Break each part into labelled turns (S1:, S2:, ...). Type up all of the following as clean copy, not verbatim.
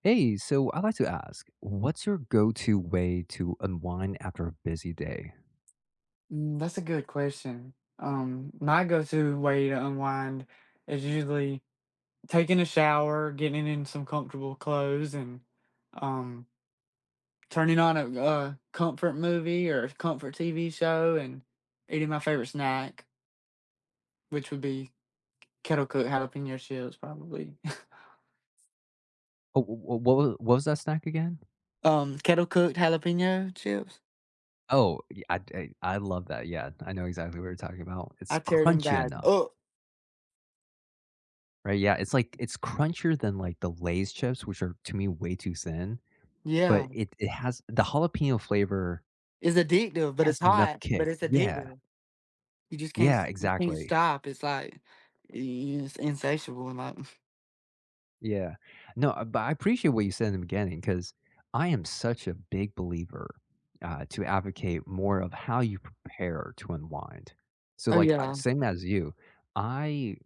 S1: Hey, so I'd like to ask, what's your go-to way to unwind after a busy day?
S2: That's a good question. My go-to way to unwind is usually taking a shower, getting in some comfortable clothes, and um, turning on a comfort movie or a comfort TV show, and eating my favorite snack, which would be kettle cooked jalapeno chips, probably.
S1: Oh, what was that snack again?
S2: Kettle cooked jalapeno chips.
S1: Oh, I love that. Yeah, I know exactly what you're talking about.
S2: I
S1: It's
S2: tear them
S1: crunchy
S2: guys.
S1: enough,
S2: Oh,
S1: right? Yeah, it's like it's crunchier than like the Lay's chips, which are to me way too thin, but
S2: yeah,
S1: it has the jalapeno flavor
S2: it's addictive, but
S1: has
S2: it's
S1: enough
S2: hot, but
S1: kick.
S2: it's
S1: Yeah,
S2: addictive. You just can't
S1: yeah,
S2: you can't
S1: exactly.
S2: stop. It's like it's insatiable. Like,
S1: Yeah. No, but I appreciate what you said in the beginning because I am such a big believer to advocate more of how you prepare to unwind. So,
S2: oh
S1: like,
S2: yeah,
S1: same as you, I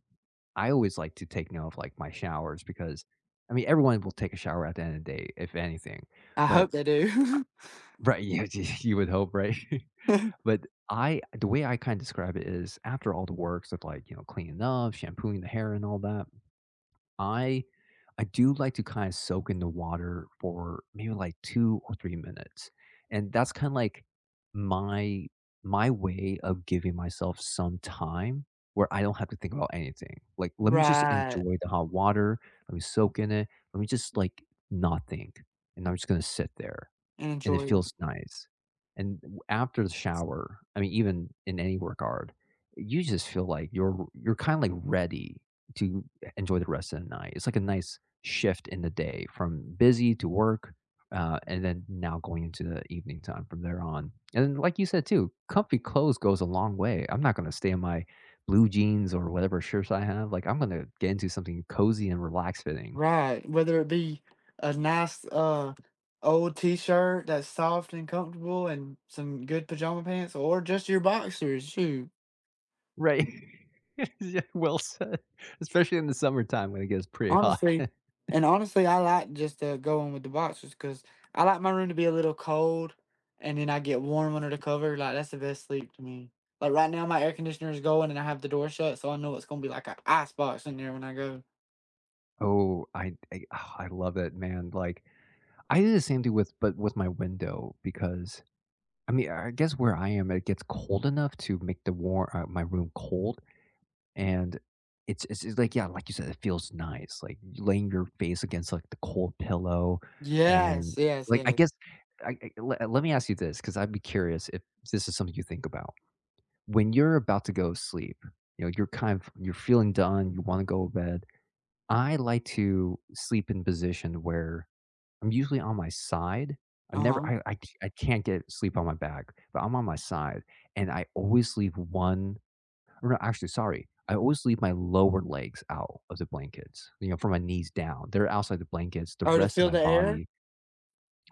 S1: I always like to take note of like my showers because I mean everyone will take a shower at the end of the day, if anything.
S2: I
S1: But
S2: hope they do.
S1: right, you, you would hope, right? But I the way I kind of describe it is after all the works of like you know cleaning up, shampooing the hair, and all that. I I do like to kinda soak in the water for maybe, like, 2 or 3 minutes, and that's kinda like my my way of giving myself some time where I don't have to think about anything. Like, let me just
S2: Right,
S1: enjoy the hot water, let me soak in it, let me just, like, not think, and I'm just gonna sit there.
S2: and
S1: And it
S2: enjoy it.
S1: feels nice. And w after the shower, I mean, even in any workout, you just feel like you're kinda, like, ready to enjoy the rest of the night. It's like a nice shift in the day from busy to work, and then now going into the evening time from there on. And then, like you said too, comfy clothes goes a long way. I'm not gonna stay in my blue jeans or whatever shirts I have. Like, I'm gonna get into something cozy and relaxed fitting.
S2: Right, whether it be a nice old T-shirt that's soft and comfortable, and some good pajama pants, or just your boxers. Shoot.
S1: Right. Yeah, well said, especially in the summertime when it gets pretty hot.
S2: Honestly, and honestly, I like just going with the boxers because I like my room to be a little cold, and then I get warm under the cover. Like, that's the best sleep to me. Like right now, my air conditioner is going, and I have the door shut, so I know it's gonna be like an ice box in there when I go.
S1: Oh, I love it, man, like, I do the same thing with but with my window because I mean, I guess where I am, it gets cold enough to make the warm my room cold, and it's like, yeah, like you said, it feels nice, like, laying your face against, like, the cold pillow, and,
S2: Yes, yes,
S1: like, I
S2: yes.
S1: guess I le let me ask you this because 'cause I'd be curious if this is something you think about. When you're about to go to sleep, you know, you're kind of you're feeling done, you wanna go to bed. I like to sleep in position where I'm usually on my side. I'm
S2: Uh
S1: never
S2: huh.
S1: I I c I can't get sleep on my back, but I'm on my side, and I always leave one or no, actually, sorry, I always leave my lower legs out of the blankets, you know, from my knees down. They're outside the blankets, the
S2: Or to
S1: rest of
S2: feel
S1: my
S2: the air.
S1: body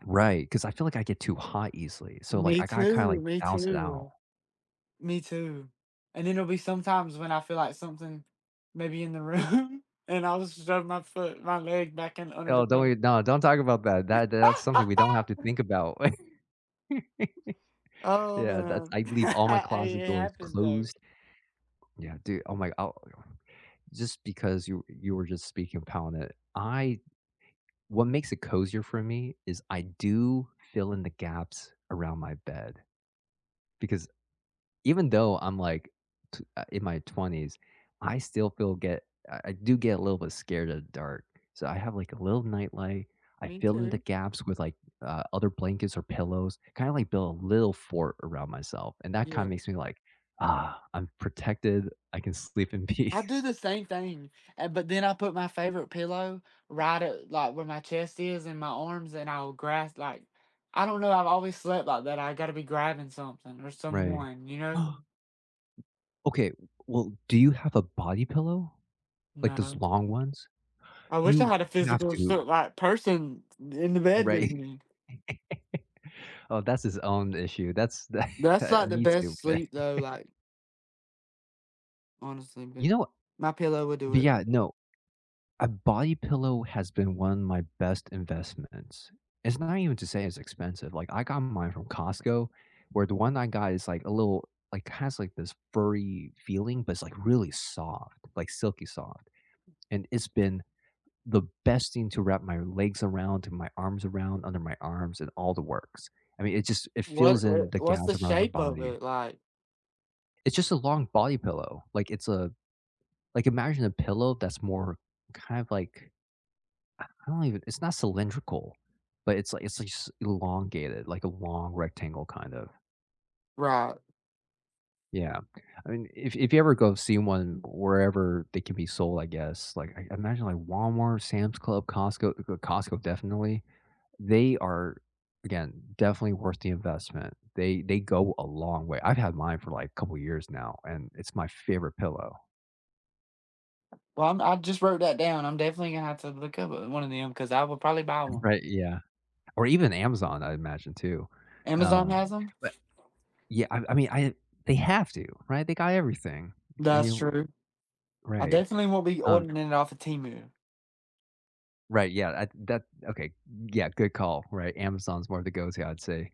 S1: right? Because I feel like I get too hot easily, so, like,
S2: Me
S1: I gotta kinda,
S2: too.
S1: like,
S2: Me
S1: balance it out.
S2: too. Me too. And then there'll be sometimes when I feel like something, maybe in the room, and I'll just shove my foot, my leg back in under the
S1: Oh, don't
S2: cover.
S1: we no, don't talk about that. That that's something we don't have to think about.
S2: Oh
S1: Yeah, that's
S2: man,
S1: I leave all my
S2: I,
S1: closet
S2: it
S1: doors
S2: happens though.
S1: closed. Yeah, dude, oh my oh just because you were just speaking upon it, I what makes it cozier for me is I do fill in the gaps around my bed because even though I'm, like, t in my 20s, I still feel get I do get a little bit scared of the dark, so I have, like, a little nightlight. I
S2: Me
S1: fill in the
S2: too.
S1: gaps with, like, other blankets or pillows, kinda, like, build a little fort around myself, and that kinda
S2: Yeah,
S1: makes me like, "Ah, I'm protected. I can sleep in
S2: I do
S1: peace."
S2: the same thing, and but then I put my favorite pillow right at like where my chest is and my arms, and I'll grasp like I don't know. I've always slept like that. I got to be grabbing something or
S1: Right.
S2: someone, you know.
S1: Okay, well, do you have a body pillow? Like, those
S2: No,
S1: long ones?
S2: I wish I
S1: You
S2: had a
S1: have
S2: physical,
S1: to,
S2: so like, person in the bed with
S1: right?
S2: me.
S1: Oh, that's his own issue. That's
S2: That's like
S1: that
S2: the
S1: me too,
S2: best
S1: but
S2: sleep though. Like honestly, but
S1: you know
S2: my pillow would do
S1: but
S2: it right.
S1: yeah, no, a body pillow has been one of my best investments. It's not even to say it's expensive, like, I got mine from Costco, where the one I got is, like, a little like, has, like, this furry feeling, but it's, like, really soft, like, silky soft, and it's been the best thing to wrap my legs around and my arms around, under my arms, and all the works. I mean, it just it fills in the
S2: What's
S1: gaps
S2: the
S1: around your
S2: shape of
S1: body.
S2: it like?
S1: It's just a long body pillow, like, it's a like, imagine a pillow that's more kind of like I don't even it's not cylindrical, but it's like s elongated, like a long rectangle kind of.
S2: Right.
S1: Yeah. I mean, if you ever go see one wherever they can be sold, I guess, like, I imagine, like, Walmart, Sam's Club, Costco Costco definitely, they are, again, definitely worth the investment. They go a long way. I've had mine for, like, a couple years now, and it's my favorite pillow.
S2: Well, I'm, I just wrote that down. I'm definitely gonna have to look up one of them because I will probably buy one.
S1: Right, yeah. Or even Amazon, I imagine, too.
S2: Amazon
S1: Um,
S2: has them.
S1: but yeah, I mean, I they have to, right? They got everything, and
S2: That's
S1: you
S2: true. I
S1: right,
S2: definitely won't be
S1: um,
S2: ordering it off of Temu.
S1: right, yeah, I that okay, yeah, good call, right? Amazon's more the go-to, I'd say.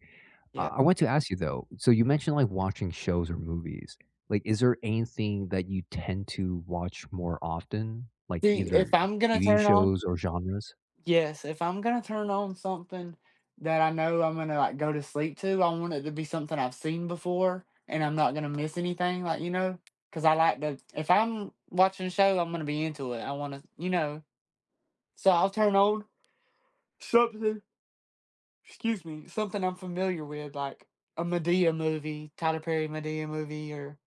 S2: Yeah.
S1: I want to ask you though, so you mentioned, like, watching shows or movies, like, is there anything that you tend to watch more often? Like,
S2: See, if
S1: either
S2: I'm gonna
S1: TV
S2: turn on,
S1: shows or genres?
S2: yes, if I'm gonna turn on something that I know I'm gonna like go to sleep to, I want it to be something I've seen before and I'm not gonna miss anything. Like, you know, because I like to. If I'm watching a show, I'm gonna be into it. I want to, you know. So I'll turn on something, excuse me, something I'm familiar with, like a Medea movie, Tyler Perry Medea movie, or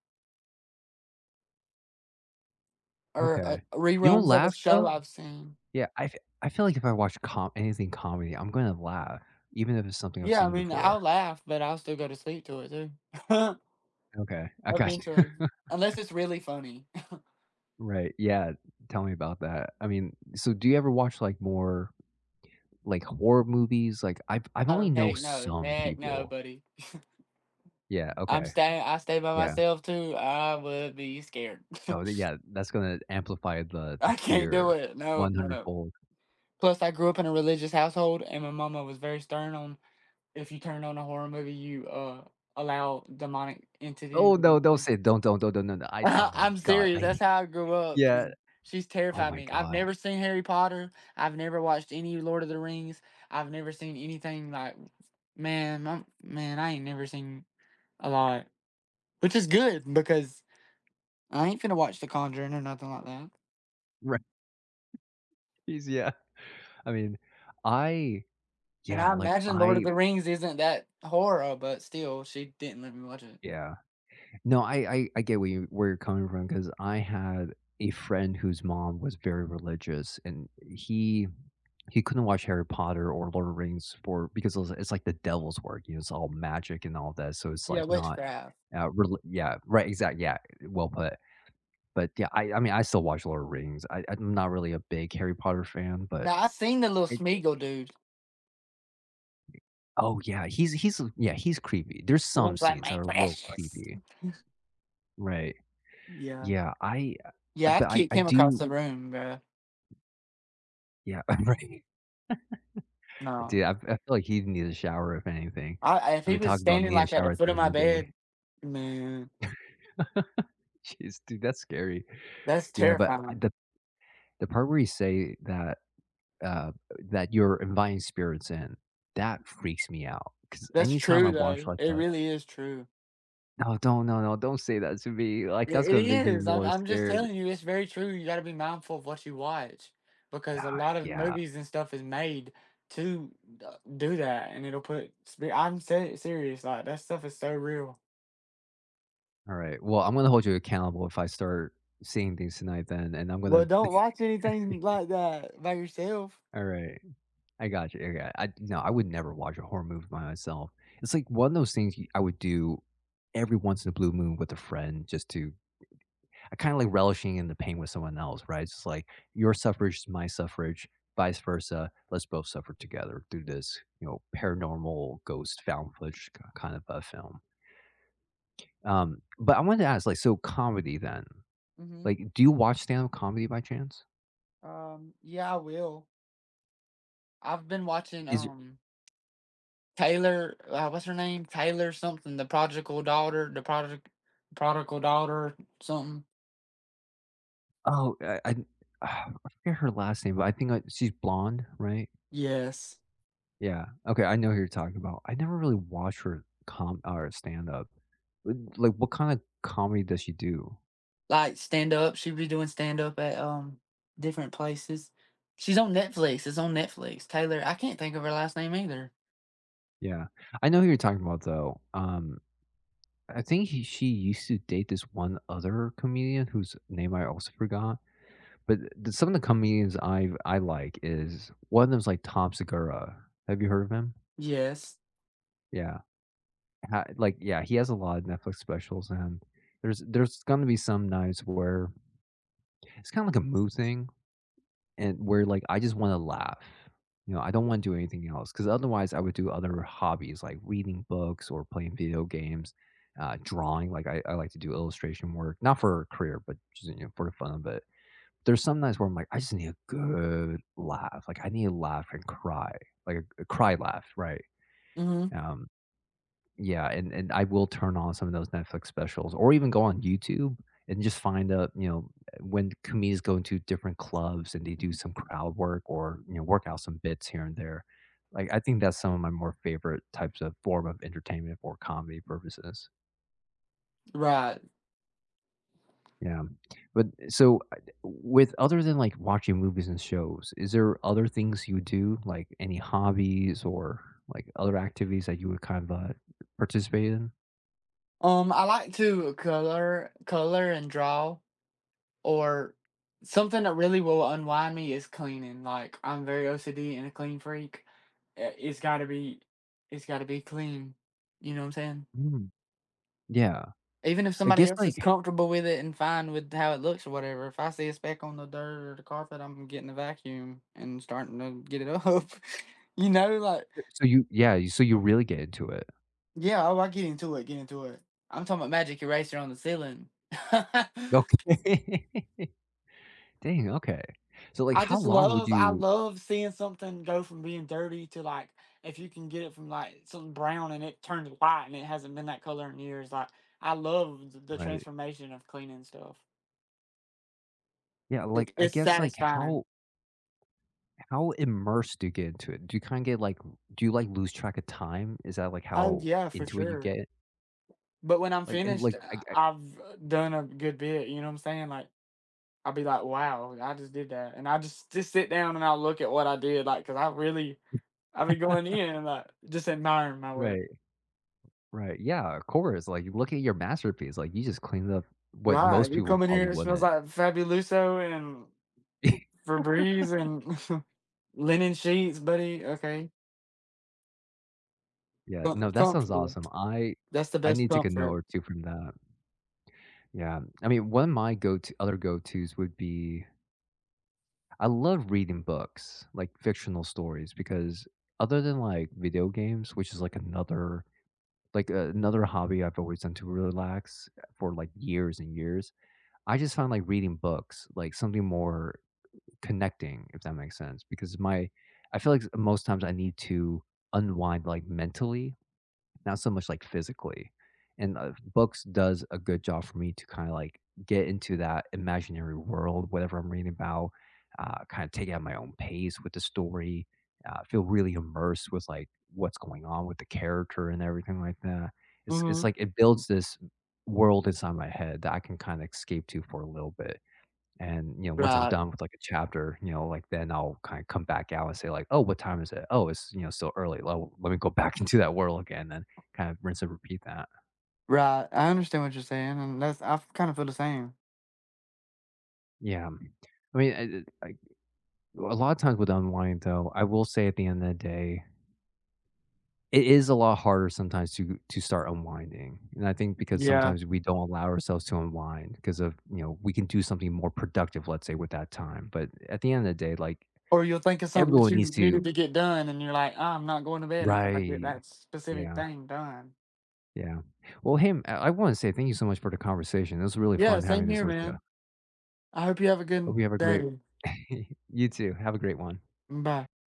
S2: or
S1: Okay. You don't
S2: reruns of a
S1: laugh
S2: show
S1: though?
S2: I've seen.
S1: Yeah, I feel like if I watch com anything comedy, I'm gonna laugh, even if it's something I've
S2: Yeah, I
S1: seen
S2: mean, I'll
S1: before.
S2: laugh, but I'll still go to sleep to it too,
S1: Okay, I got
S2: eventually, unless it's really funny.
S1: right, yeah, tell me about that. I mean, so do you ever watch, like, more, like, horror movies? Like, I've
S2: Oh
S1: only know some
S2: heck no,
S1: people.
S2: buddy.
S1: Yeah,
S2: I'm
S1: okay.
S2: staying. I stay by
S1: Yeah.
S2: myself too. I would be scared.
S1: Oh, th yeah, that's gonna amplify the
S2: I can't do
S1: fear
S2: it. No, no,
S1: 100
S2: no.
S1: fold.
S2: Plus, I grew up in a religious household, and my mama was very stern on, if you turn on a horror movie, you allow demonic entities.
S1: Oh, no, don't
S2: And
S1: say don't, no, no, I oh my
S2: I'm
S1: god,
S2: serious.
S1: I
S2: That's how I grew up,
S1: yeah,
S2: and she's
S1: oh
S2: terrified
S1: my
S2: me. I've
S1: god.
S2: never seen Harry Potter. I've never watched any Lord of the Rings. I've never seen anything like, man, I ain't never seen a lot, which is good because I ain't finna watch The Conjuring or nothing like that.
S1: Right, yeah. I mean, I
S2: And
S1: yeah,
S2: I
S1: like,
S2: imagine Lord of
S1: I
S2: the Rings isn't that horror, but still, she didn't let me watch it.
S1: yeah. No, I get where you where you're coming from because I had a friend whose mom was very religious, and he couldn't watch Harry Potter or Lord of the Rings for because it was it's like the devil's work, you know, it's all magic and all that, so it's,
S2: Yeah,
S1: like, not,
S2: witchcraft.
S1: rel yeah, right, exact yeah, well put. But, yeah, I mean, I still watch Lord of the Rings. I I'm not really a big Harry Potter fan, but
S2: Now I seen the little
S1: it
S2: Smeagol dude.
S1: oh, yeah, he's yeah, he's creepy. There's
S2: The
S1: some
S2: ones like
S1: scenes that
S2: my
S1: are a little
S2: precious.
S1: creepy. Right.
S2: Yeah.
S1: Yeah, I,
S2: Yeah, I
S1: but I
S2: came across
S1: do
S2: the room, bro.
S1: yeah, right.
S2: No.
S1: Dude, I feel like he needs a shower if anything.
S2: If
S1: I
S2: he
S1: mean,
S2: was
S1: talk about
S2: standing
S1: needing a
S2: like at the
S1: shower at
S2: foot
S1: the
S2: of
S1: end
S2: my
S1: of the
S2: bed,
S1: day.
S2: man,
S1: Jeez, dude, that's scary.
S2: that's
S1: Yeah, but I
S2: terrifying.
S1: the part where you say that, uh, that you're inviting spirits in, that freaks me out. Because
S2: That's
S1: anytime I
S2: true
S1: watch,
S2: though.
S1: like,
S2: It
S1: a
S2: really is true.
S1: no, don't, no, no, don't say that to me, like, that's
S2: It,
S1: gonna make
S2: it
S1: me
S2: is. I'm
S1: more
S2: I'm just
S1: scared.
S2: telling you, it's very true. You gotta be mindful of what you watch because a
S1: Ah,
S2: lot of
S1: yeah,
S2: movies and stuff is made to do that, and it'll put I'm serious, like that stuff is so real.
S1: alright, well, I'm gonna hold you accountable if I start seeing things tonight then, and I'm
S2: Well,
S1: gonna
S2: don't watch anything like that by yourself.
S1: Alright. I got you. Yeah, I no, I would never watch a horror movie by myself. It's like one of those things you- I would do every once in a blue moon with a friend, just to I kind of like relishing in the pain with someone else, right? It's just like your suffrage is my suffrage, vice versa. Let's both suffer together through this, you know, paranormal ghost found footage k- kind of a film. But I wanted to ask, like, so comedy then,
S2: Hmm.
S1: like, do you watch stand up comedy by chance?
S2: Yeah, I will. I've been watching
S1: Is it-
S2: Taylor, what's her name? Taylor something, the prodigal daughter, the prodigal daughter something.
S1: oh, I forget her last name, but I think she's blonde, right?
S2: Yes.
S1: Yeah. Okay, I know who you're talking about. I never really watched her com or stand-up. Like, what kinda comedy does she do?
S2: Like stand up, she be doing stand up at different places. She's on Netflix. It's on Netflix. Taylor, I can't think of her last name either.
S1: Yeah. I know who you're talking about, though. I think he she used to date this one other comedian whose name I also forgot, but the some of the comedians I like is one of them's, like, Tom Segura. Have you heard of him?
S2: Yes.
S1: Yeah. Ha like, yeah, he has a lot of Netflix specials, and there's gonna be some nights where it's kinda like a mood thing, and where, like, I just wanna laugh, you know, I don't wanna do anything else because otherwise I would do other hobbies, like reading books or playing video games, drawing, like, I like to do illustration work, not for a career, but just, you know, for the fun of it. There's some nights where I'm like, "I just need a good laugh," like, I need to laugh and cry, like, a cry laugh, right?
S2: Mhm.
S1: Um, yeah, and I will turn on some of those Netflix specials or even go on YouTube and just find a when comedians go into different clubs and they do some crowd work or, you know, work out some bits here and there. Like, I think that's some of my more favorite types of form of entertainment for comedy purposes.
S2: Right.
S1: Yeah. But so, with other than, like, watching movies and shows, is there other things you do, like any hobbies or, like, other activities that you would kind of, participate in?
S2: I like to color and draw. Or something that really will unwind me is cleaning. Like, I'm very OCD and a clean freak. Uh, It's got to be, it's got to be clean. You know what I'm saying?
S1: Mm, yeah.
S2: Even if
S1: I
S2: somebody
S1: guess,
S2: else is
S1: like
S2: comfortable with it and fine with how it looks or whatever, if I see a speck on the dirt or the carpet, I'm getting a vacuum and starting to get it up. You know, like,
S1: So you yeah, you so you really get into it.
S2: yeah, oh, I get into it, get into it. I'm talking about magic eraser on the ceiling.
S1: Okay. Dang, okay. So, like,
S2: I
S1: how
S2: just
S1: long would
S2: love, I
S1: you
S2: love seeing something go from being dirty to like, if you can get it from like something brown and it turns white and it hasn't been that color in years. Like, I love the
S1: right.
S2: transformation of cleaning stuff.
S1: Yeah,
S2: It,
S1: like,
S2: it's satisfying.
S1: how immersed do you get into it? Do you kinda get, like do you lose track of time? Is that, like,
S2: Oh
S1: how
S2: yeah, for
S1: into it you
S2: sure.
S1: get?
S2: But when I'm
S1: Like and,
S2: finished,
S1: like, I
S2: I've done a good bit. You know what I'm saying? Like, I'll be like, wow, I just did that, and I just sit down and I'll look at what I did, like, because I really I be going in and like just admiring my work.
S1: Right, right. Yeah, of course, like, you look at your masterpiece, like, you just cleaned up what
S2: Right,
S1: most
S2: you
S1: people
S2: come in
S1: probably
S2: here, it smells
S1: wouldn't.
S2: like Fabuloso and Febreze and linen sheets, buddy. Okay,
S1: Yeah, no, that sounds
S2: Comfortable.
S1: awesome. I
S2: That's the
S1: I
S2: best
S1: need to take a note
S2: comfort.
S1: or 2 from that. Yeah. I mean, one of my go-to other go-tos would be I love reading books, like fictional stories, because other than like video games, which is like another hobby I've always done to relax for like years and years, I just found like reading books like something more connecting, if that makes sense. Because my I feel like most times I need to unwind like mentally, not so much like physically. And books does a good job for me to kind of like get into that imaginary world, whatever I'm reading about, kind of take it at my own pace with the story, feel really immersed with like what's going on with the character and everything like that. It's
S2: Hmm.
S1: like it builds this world inside my head that I can kind of escape to for a little bit. And, you know, once I'm
S2: Right,
S1: done with like a chapter, you know, like then I'll kind of come back out and say like, "Oh, what time is it? Oh, it's, you know, still early. Well, let me go back into that world again," and kind of rinse and repeat that.
S2: right. I understand what you're saying, and that's, I kind of feel the same.
S1: Yeah. I mean, a lot of times with unwind though, I will say at the end of the day, it is a lot harder sometimes to start unwinding. And I think because
S2: Yeah.
S1: sometimes we don't allow ourselves to unwind because of, you know, we can do something more productive, let's say, with that time. But at the end of the day, like
S2: Or you'll think of something that
S1: everyone
S2: you
S1: needs to,
S2: needed to get done, and you're like, "Ah, I'm not going to bed until I get
S1: right.
S2: that specific
S1: Yeah.
S2: thing done."
S1: Yeah. Well, hey, m I wanna say thank you so much for the conversation. It was really
S2: Yeah,
S1: fun
S2: same
S1: having
S2: here,
S1: this with you.
S2: man. I hope you have a good
S1: Hope you have a great
S2: day.
S1: You too. Have a great one.
S2: Bye.